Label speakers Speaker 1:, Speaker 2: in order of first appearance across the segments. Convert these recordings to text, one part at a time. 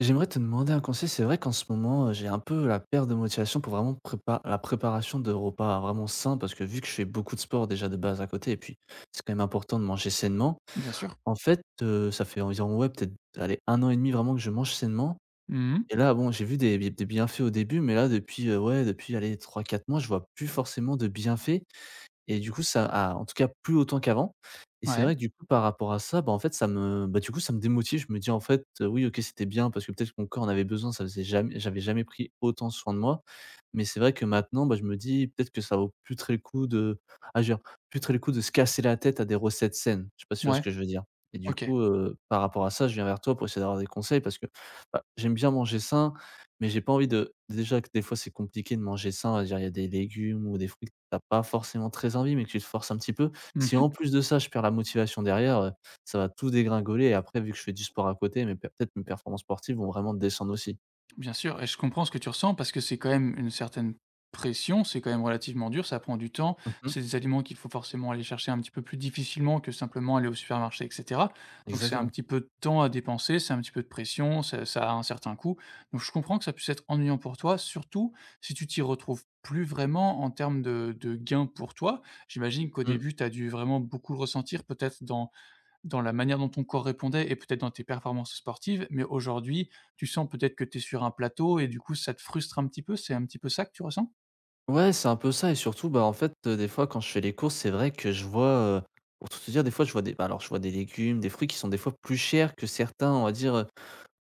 Speaker 1: J'aimerais te demander un conseil. C'est vrai qu'en ce moment, j'ai un peu la perte de motivation pour vraiment prépa la préparation de repas vraiment sain, parce que vu que je fais beaucoup de sport déjà de base à côté et puis c'est quand même important de manger sainement.
Speaker 2: Bien sûr.
Speaker 1: En fait, ça fait environ, ouais, peut-être, allez, un an et demi vraiment que je mange sainement.
Speaker 2: Mmh.
Speaker 1: Et là, bon, j'ai vu des bienfaits au début, mais là depuis, ouais, depuis, allez, 3 4 mois, je vois plus forcément de bienfaits et du coup, ça a en tout cas plus autant qu'avant. Et c'est
Speaker 2: Ouais,
Speaker 1: vrai que du coup, par rapport à ça, bah, en fait, ça me bah, du coup, ça me démotive. Je me dis: «En fait, oui, OK, c'était bien parce que peut-être que mon corps en avait besoin, ça faisait jamais j'avais jamais pris autant soin de moi». Mais c'est vrai que maintenant, bah, je me dis: «Peut-être que ça vaut plus très le coup de» ah, je veux dire, plus très le coup de se casser la tête à des recettes saines. Je sais pas si tu vois ce
Speaker 2: ouais.
Speaker 1: que je veux dire? Et du
Speaker 2: OK.
Speaker 1: coup, par rapport à ça, je viens vers toi pour essayer d'avoir des conseils parce que, bah, j'aime bien manger sain mais j'ai pas envie de déjà que des fois c'est compliqué de manger sain, on va dire, il y a des légumes ou des fruits que tu pas forcément très envie, mais que tu te forces un petit peu. Si en
Speaker 2: Mmh.
Speaker 1: plus de ça, je perds la motivation derrière, ça va tout dégringoler. Et après vu que je fais du sport à côté, mes per peut-être mes performances sportives vont vraiment descendre aussi.
Speaker 2: Bien sûr et je comprends ce que tu ressens parce que c'est quand même une certaine pression, c'est quand même relativement dur, ça prend du temps.
Speaker 1: Mmh.
Speaker 2: C'est des aliments qu'il faut forcément aller chercher un petit peu plus difficilement que simplement aller au supermarché et cetera. Donc c'est un
Speaker 1: Exactement.
Speaker 2: petit peu de temps à dépenser, c'est un petit peu de pression, ça ça a un certain coût. Donc je comprends que ça puisse être ennuyant pour toi, surtout si tu t'y retrouves plus vraiment en termes de gains pour toi. J'imagine qu'au
Speaker 1: Mmh.
Speaker 2: début, tu as dû vraiment beaucoup le ressentir peut-être dans la manière dont ton corps répondait et peut-être dans tes performances sportives, mais aujourd'hui, tu sens peut-être que tu es sur un plateau et du coup, ça te frustre un petit peu? C'est un petit peu ça que tu ressens?
Speaker 1: Ouais, c'est un peu ça. Et surtout, bah, en fait, des fois quand je fais les courses, c'est vrai que je vois, pour tout te dire, des fois je vois des bah, alors je vois des légumes, des fruits qui sont des fois plus chers que certains, on va dire,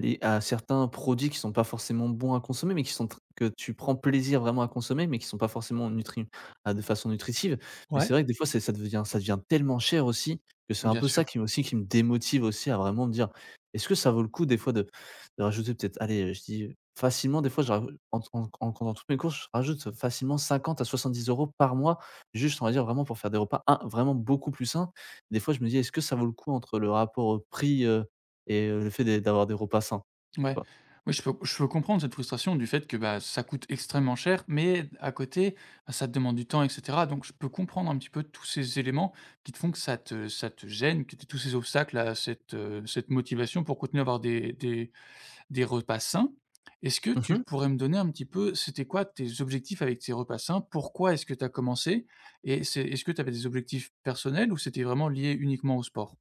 Speaker 1: les à certains produits qui sont pas forcément bons à consommer, mais qui sont tr que tu prends plaisir vraiment à consommer, mais qui sont pas forcément nutri à de façon nutritive. Mais
Speaker 2: Ouais,
Speaker 1: c'est vrai que des fois, c'est ça devient tellement cher aussi, que c'est un
Speaker 2: bien
Speaker 1: peu ça
Speaker 2: sûr.
Speaker 1: qui me aussi qui me démotive aussi à vraiment me dire: «Est-ce que ça vaut le coup des fois de rajouter peut-être» allez, je dis facilement des fois je raj en comptant toutes mes courses, je rajoute facilement 50 à 70 € par mois, juste on va dire vraiment pour faire des repas in vraiment beaucoup plus sains. Des fois je me dis: «Est-ce que ça vaut le coup entre le rapport, prix, et le fait d'avoir des repas sains?»
Speaker 2: Ouais.
Speaker 1: Bah,
Speaker 2: Oui, je peux comprendre cette frustration du fait que, bah, ça coûte extrêmement cher, mais à côté, bah, ça te demande du temps et cetera. Donc je peux comprendre un petit peu tous ces éléments qui te font que ça te gêne, que tu tous ces obstacles à cette, cette motivation pour continuer à avoir des repas sains. Est-ce que
Speaker 1: mmh
Speaker 2: tu
Speaker 1: mh.
Speaker 2: pourrais me donner un petit peu, c'était quoi tes objectifs avec ces repas sains? Pourquoi est-ce que tu as commencé? Et c'est est-ce que tu avais des objectifs personnels ou c'était vraiment lié uniquement au sport?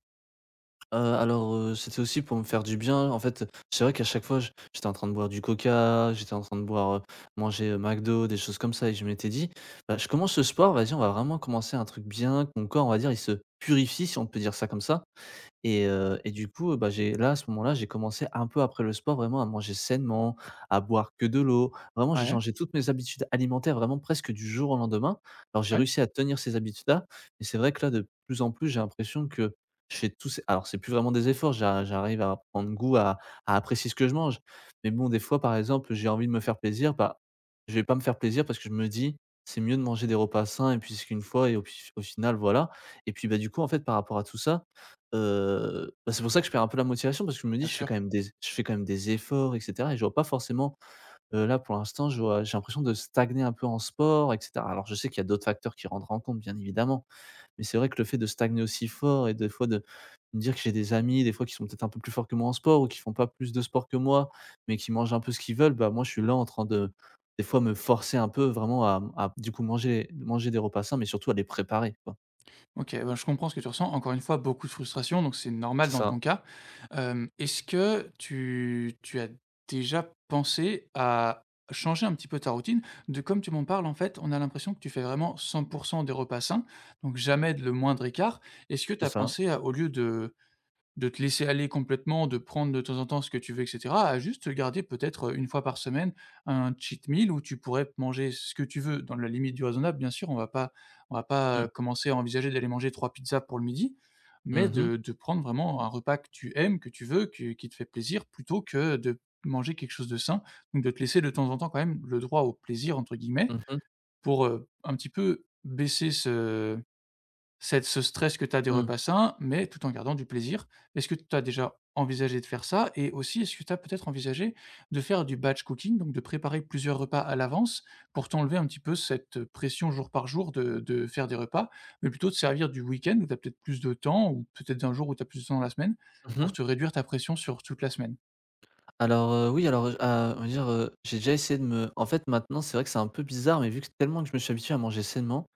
Speaker 1: Alors, c'était aussi pour me faire du bien. En fait, c'est vrai qu'à chaque fois, je j'étais en train de boire du Coca, j'étais en train de boire, manger, McDo, des choses comme ça, et je m'étais dit: «Bah, je commence ce sport, vas-y, on va vraiment commencer un truc bien». Que mon corps, on va dire, il se purifie, si on peut dire ça comme ça. Et du coup, bah, j'ai là, à ce moment-là, j'ai commencé un peu après le sport vraiment à manger sainement, à boire que de l'eau. Vraiment, j'ai
Speaker 2: Ouais,
Speaker 1: changé toutes mes habitudes alimentaires vraiment presque du jour au lendemain. Alors j'ai
Speaker 2: ouais,
Speaker 1: réussi à tenir ces habitudes-là, mais c'est vrai que là, de plus en plus, j'ai l'impression que je fais tous ces alors c'est plus vraiment des efforts, j'arrive à prendre goût à apprécier ce que je mange. Mais bon, des fois, par exemple, j'ai envie de me faire plaisir, bah, je vais pas me faire plaisir parce que je me dis: «C'est mieux de manger des repas sains et puis c'est qu'une fois et au final, voilà». Et puis, bah, du coup, en fait, par rapport à tout ça, bah, c'est pour ça que je perds un peu la motivation parce que je me dis:
Speaker 2: bien sûr.
Speaker 1: Je fais quand même des efforts et cetera», et je vois pas forcément, là, pour l'instant, je vois j'ai l'impression de stagner un peu en sport et cetera. Alors je sais qu'il y a d'autres facteurs qui rentrent en compte, bien évidemment, mais c'est vrai que le fait de stagner aussi fort et des fois de me dire que j'ai des amis, des fois, qui sont peut-être un peu plus forts que moi en sport ou qui font pas plus de sport que moi, mais qui mangent un peu ce qu'ils veulent, bah, moi, je suis là en train de, des fois, me forcer un peu vraiment à, du coup, manger des repas sains, mais surtout à les préparer, quoi.
Speaker 2: OK, ben, je comprends ce que tu ressens. Encore une fois, beaucoup de frustration, donc c'est
Speaker 1: C'est
Speaker 2: normal dans
Speaker 1: ça,
Speaker 2: ton cas. Est-ce que tu as déjà pensé à changer un petit peu ta routine? De comme tu m'en parles, en fait, on a l'impression que tu fais vraiment 100% des repas sains, donc jamais de le moindre écart. Est-ce que tu
Speaker 1: c'est
Speaker 2: as
Speaker 1: ça.
Speaker 2: pensé à au lieu de te laisser aller complètement, de prendre de temps en temps ce que tu veux et cetera, à juste garder peut-être, 1 fois par semaine un cheat meal où tu pourrais manger ce que tu veux dans la limite du raisonnable bien sûr. On va pas on va pas,
Speaker 1: Mmh.
Speaker 2: heu, commencer à envisager d'aller manger 3 pizzas pour le midi, mais
Speaker 1: Mmh mh.
Speaker 2: de prendre vraiment un repas que tu aimes, que tu veux, que qui te fait plaisir plutôt que de manger quelque chose de sain. Donc de te laisser de temps en temps quand même le droit «au plaisir» entre guillemets
Speaker 1: Mmh.
Speaker 2: pour, un petit peu baisser ce stress que tu as des
Speaker 1: Mmh.
Speaker 2: repas sains, mais tout en gardant du plaisir. Est-ce que tu as déjà envisagé de faire ça? Et aussi, est-ce que tu as peut-être envisagé de faire du batch cooking, donc de préparer plusieurs repas à l'avance pour t'enlever un petit peu cette pression jour par jour de faire des repas, mais plutôt de servir du week-end où tu as peut-être plus de temps ou peut-être d'un jour où tu as plus de temps dans la semaine
Speaker 1: Mmh.
Speaker 2: pour te réduire ta pression sur toute la semaine?
Speaker 1: Alors, oui, alors, à on va dire, j'ai déjà essayé de me en fait, maintenant, c'est vrai que c'est un peu bizarre, mais vu que tellement que je me suis habitué à manger sainement,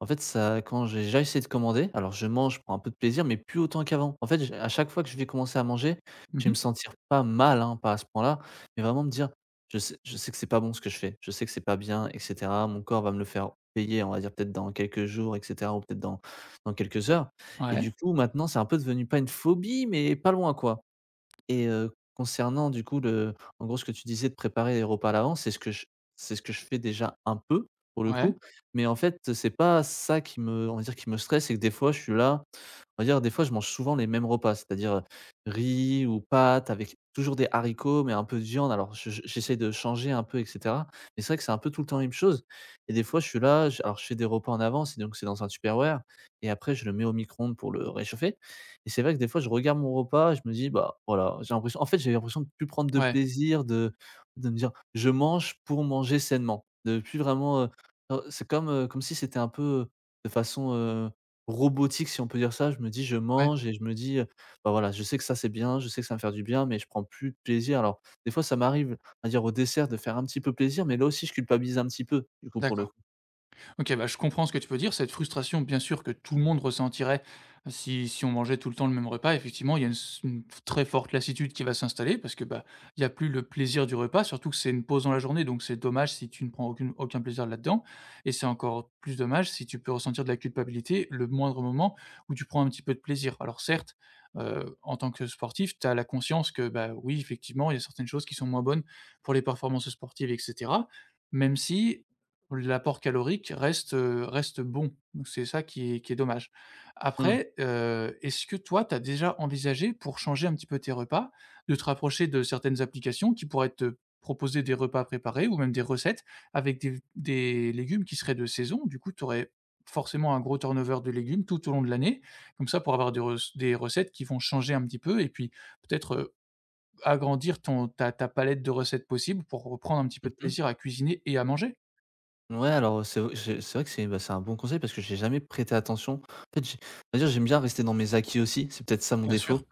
Speaker 1: en fait, ça quand j'ai déjà essayé de commander, alors je mange, je prends un peu de plaisir, mais plus autant qu'avant. En fait, j à chaque fois que je vais commencer à manger, je vais me
Speaker 2: Mmh.
Speaker 1: sentir pas mal, hein, pas à ce point-là, mais vraiment me dire: je sais que c'est pas bon ce que je fais, je sais que c'est pas bien et cetera. Mon corps va me le faire payer, on va dire, peut-être dans quelques jours et cetera ou peut-être dans quelques heures». Et du
Speaker 2: Ouais,
Speaker 1: coup, maintenant, c'est un peu devenu pas une phobie, mais pas loin, quoi. Et concernant du coup le en gros, ce que tu disais de préparer les repas à l'avance, c'est ce que je fais déjà un peu, pour le
Speaker 2: ouais,
Speaker 1: coup. Mais en fait, c'est pas ça qui me on va dire qui me stresse, c'est que des fois je suis là, on va dire, des fois je mange souvent les mêmes repas, c'est-à-dire, riz ou pâtes avec toujours des haricots, mais un peu de viande. Alors je j'essaie de changer un peu et cetera. Mais c'est vrai que c'est un peu tout le temps la même chose et des fois je suis là, je alors je fais des repas en avance et donc c'est dans un Tupperware et après je le mets au micro-ondes pour le réchauffer. Et c'est vrai que des fois, je regarde mon repas, je me dis: «Bah, voilà». J'ai l'impression en fait, j'ai l'impression de plus prendre de
Speaker 2: ouais,
Speaker 1: plaisir, de me dire: «Je mange pour manger sainement». De plus vraiment, c'est comme, comme si c'était un peu, de façon, robotique, si on peut dire ça. Je me dis: «Je
Speaker 2: ouais,
Speaker 1: mange» et je me dis, «Bah, voilà, je sais que ça, c'est bien, je sais que ça va me faire du bien», mais je prends plus de plaisir. Alors, des fois, ça m'arrive, à dire, au dessert de faire un petit peu plaisir, mais là aussi, je culpabilise un petit peu, du coup, pour le coup.
Speaker 2: d'accord. OK, bah, je comprends ce que tu peux dire. Cette frustration, bien sûr, que tout le monde ressentirait si on mangeait tout le temps le même repas. Effectivement, il y a une très forte lassitude qui va s'installer parce que, bah, il y a plus le plaisir du repas, surtout que c'est une pause dans la journée, donc c'est dommage si tu ne prends aucun plaisir là-dedans et c'est encore plus dommage si tu peux ressentir de la culpabilité le moindre moment où tu prends un petit peu de plaisir. Alors certes, en tant que sportif, tu as la conscience que, bah, oui, effectivement, il y a certaines choses qui sont moins bonnes pour les performances sportives et cetera, même si l'apport calorique reste, reste bon. Donc c'est ça qui est dommage.
Speaker 1: Mmh.
Speaker 2: Après, est-ce que toi, tu as déjà envisagé pour changer un petit peu tes repas, de te rapprocher de certaines applications qui pourraient te proposer des repas préparés ou même des recettes avec des légumes qui seraient de saison? Du coup, tu aurais forcément un gros turnover de légumes tout au long de l'année, comme ça pour avoir des recettes qui vont changer un petit peu et puis peut-être, agrandir ton ta ta palette de recettes possibles pour reprendre un petit peu de
Speaker 1: Mmh.
Speaker 2: plaisir à cuisiner et à manger.
Speaker 1: Ouais, alors, c'est v j'ai c'est vrai que c'est, bah, c'est un bon conseil parce que j'ai jamais prêté attention. En fait, j'ai on va dire, j'aime bien rester dans mes acquis aussi, c'est peut-être ça mon
Speaker 2: Bien
Speaker 1: défaut.
Speaker 2: sûr.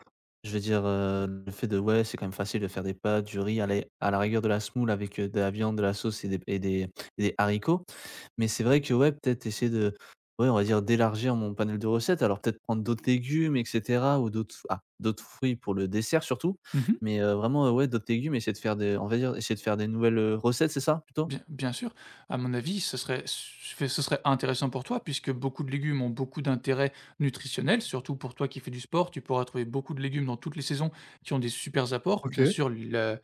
Speaker 1: Je veux dire, le fait de ouais, c'est quand même facile de faire des pâtes, du riz, allez, à la rigueur de la semoule avec, de la viande, de la sauce et des haricots. Mais c'est vrai que ouais, peut-être essayer de ouais, on va dire d'élargir mon panel de recettes. Alors peut-être prendre d'autres légumes et cetera ou d'autres ah, d'autres fruits pour le dessert surtout.
Speaker 2: Mmh.
Speaker 1: Mais, vraiment, ouais, d'autres légumes, essayer de faire des on va dire, essayer de faire des nouvelles, recettes, c'est ça plutôt?
Speaker 2: Bien bien sûr. À mon avis, ce serait intéressant pour toi puisque beaucoup de légumes ont beaucoup d'intérêt nutritionnel, surtout pour toi qui fais du sport. Tu pourras trouver beaucoup de légumes dans toutes les saisons qui ont des supers apports. Bien
Speaker 1: OK.
Speaker 2: sûr, le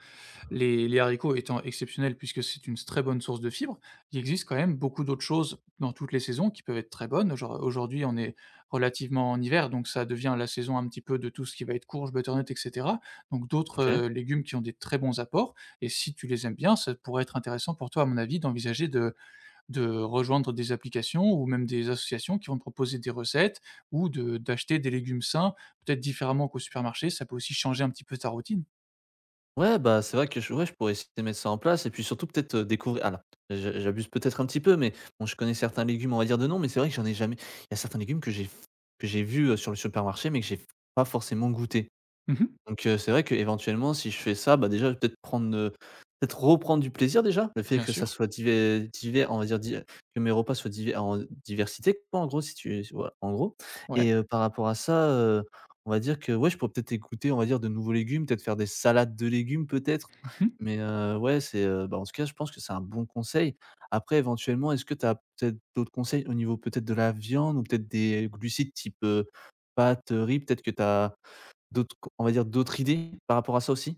Speaker 2: les haricots étant exceptionnels puisque c'est une très bonne source de fibres, il existe quand même beaucoup d'autres choses dans toutes les saisons qui peuvent être très bonnes. Genre, aujourd'hui, on est relativement en hiver, donc ça devient la saison un petit peu de tout ce qui va être courge, butternut et cetera. Donc d'autres,
Speaker 1: OK.
Speaker 2: légumes qui ont des très bons apports et si tu les aimes bien, ça pourrait être intéressant pour toi, à mon avis, d'envisager de rejoindre des applications ou même des associations qui vont te proposer des recettes ou de d'acheter des légumes sains, peut-être différemment qu'au supermarché. Ça peut aussi changer un petit peu ta routine.
Speaker 1: Ouais, bah, c'est vrai que je ouais, je pourrais essayer de mettre ça en place et puis surtout peut-être, découvrir alors, je j'abuse peut-être un petit peu, mais bon, je connais certains légumes, on va dire de nom, mais c'est vrai que j'en ai jamais il y a certains légumes que j'ai vus, sur le supermarché, mais que j'ai pas forcément goûté.
Speaker 2: Mmh.
Speaker 1: Donc c'est vrai que éventuellement si je fais ça, bah, déjà, je vais peut-être prendre, peut-être reprendre du plaisir déjà. Le fait
Speaker 2: Bien
Speaker 1: que ça
Speaker 2: sûr.
Speaker 1: soit divers, on va dire di que mes repas soient divers en diversité quoi, en gros, si tu si, voilà, en gros.
Speaker 2: Ouais.
Speaker 1: Et par rapport à ça, on va dire que, ouais, je pourrais peut-être écouter, on va dire, de nouveaux légumes, peut-être faire des salades de légumes, peut-être?
Speaker 2: Mmh.
Speaker 1: Mais ouais, c'est, bah, en tout cas, je pense que c'est un bon conseil. Après, éventuellement, est-ce que tu as peut-être d'autres conseils au niveau peut-être de la viande ou peut-être des glucides type, pâtes, riz, peut-être que tu as D'autres co on va dire d'autres idées par rapport à ça aussi?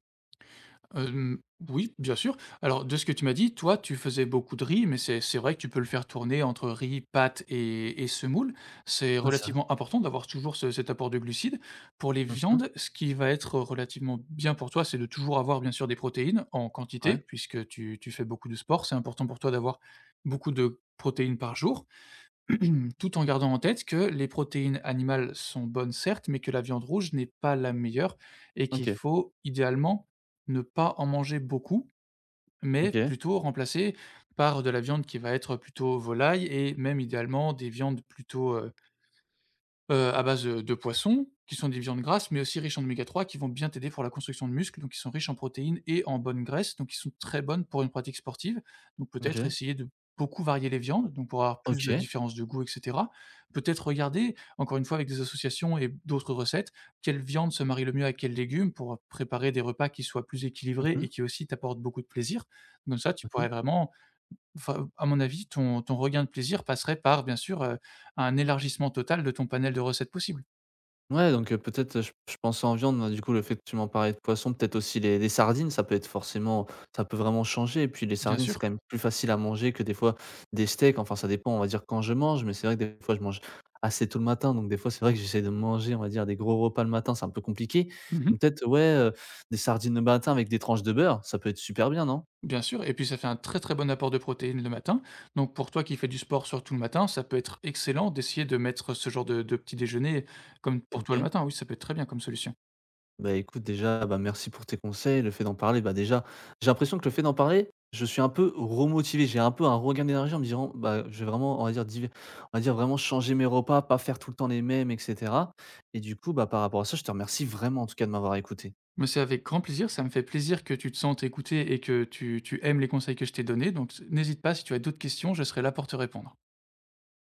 Speaker 2: Hem, oui, bien sûr. Alors, de ce que tu m'as dit, toi, tu faisais beaucoup de riz, mais c'est vrai que tu peux le faire tourner entre riz, pâtes et semoule. C'est
Speaker 1: Ouais, ça
Speaker 2: relativement important d'avoir toujours ce cet apport de glucides. Pour les
Speaker 1: mmh mh.
Speaker 2: viandes, ce qui va être relativement bien pour toi, c'est de toujours avoir, bien sûr, des protéines en quantité
Speaker 1: Ouais.
Speaker 2: puisque tu fais beaucoup de sport. C'est important pour toi d'avoir beaucoup de protéines par jour. Tout en gardant en tête que les protéines animales sont bonnes certes, mais que la viande rouge n'est pas la meilleure et qu'il
Speaker 1: OK.
Speaker 2: faut idéalement ne pas en manger beaucoup, mais
Speaker 1: OK.
Speaker 2: plutôt remplacer par de la viande qui va être plutôt volaille et même idéalement des viandes plutôt, à base, de poissons, qui sont des viandes grasses, mais aussi riches en oméga 3 qui vont bien t'aider pour la construction de muscles, donc ils sont riches en protéines et en bonnes graisses, donc ils sont très bonnes pour une pratique sportive. Donc peut-être
Speaker 1: OK.
Speaker 2: essayer de beaucoup varier les viandes, donc pour avoir plus de
Speaker 1: OK.
Speaker 2: différences de goût et cetera. Peut-être regarder, encore une fois avec des associations et d'autres recettes, quelle viande se marie le mieux à quels légumes pour, préparer des repas qui soient plus équilibrés
Speaker 1: Mmh
Speaker 2: et
Speaker 1: mh.
Speaker 2: qui aussi t'apportent beaucoup de plaisir. Comme ça, tu
Speaker 1: Mmh mh.
Speaker 2: pourrais vraiment Enfin, à mon avis, ton regain de plaisir passerait par, bien sûr, un élargissement total de ton panel de recettes possibles.
Speaker 1: Ouais, donc peut-être, je pensais en viande, mais du coup, le fait que tu m'en parlais de poisson, peut-être aussi les sardines, ça peut être forcément ça peut vraiment changer. Et puis les
Speaker 2: Bien
Speaker 1: sardines, c'est
Speaker 2: sûr.
Speaker 1: quand même plus facile à manger que des fois des steaks. Enfin, ça dépend, on va dire, quand je mange, mais c'est vrai que des fois, je mange assez tôt le matin, donc des fois, c'est vrai que j'essaie de manger, on va dire, des gros repas le matin, c'est un peu compliqué.
Speaker 2: Mmh.
Speaker 1: Donc peut-être, ouais, des sardines le matin avec des tranches de beurre, ça peut être super bien, non?
Speaker 2: Bien sûr et puis ça fait un très, très bon apport de protéines le matin. Donc pour toi qui fais du sport surtout le matin, ça peut être excellent d'essayer de mettre ce genre de petit déjeuner comme pour toi le
Speaker 1: OK.
Speaker 2: matin. Oui, ça peut être très bien comme solution.
Speaker 1: Bah, écoute, déjà, bah, merci pour tes conseils. Le fait d'en parler, bah, déjà, j'ai l'impression que le fait d'en parler, je suis un peu remotivé. J'ai un peu un regain d'énergie en me disant, bah, je vais vraiment, on va dire, on va dire vraiment changer mes repas, pas faire tout le temps les mêmes, etc. Et du coup, bah, par rapport à ça, je te remercie vraiment en tout cas de m'avoir écouté.
Speaker 2: Mais c'est avec grand plaisir, ça me fait plaisir que tu te sentes écouté et que tu aimes les conseils que je t'ai donnés. Donc n'hésite pas si tu as d'autres questions, je serai là pour te répondre.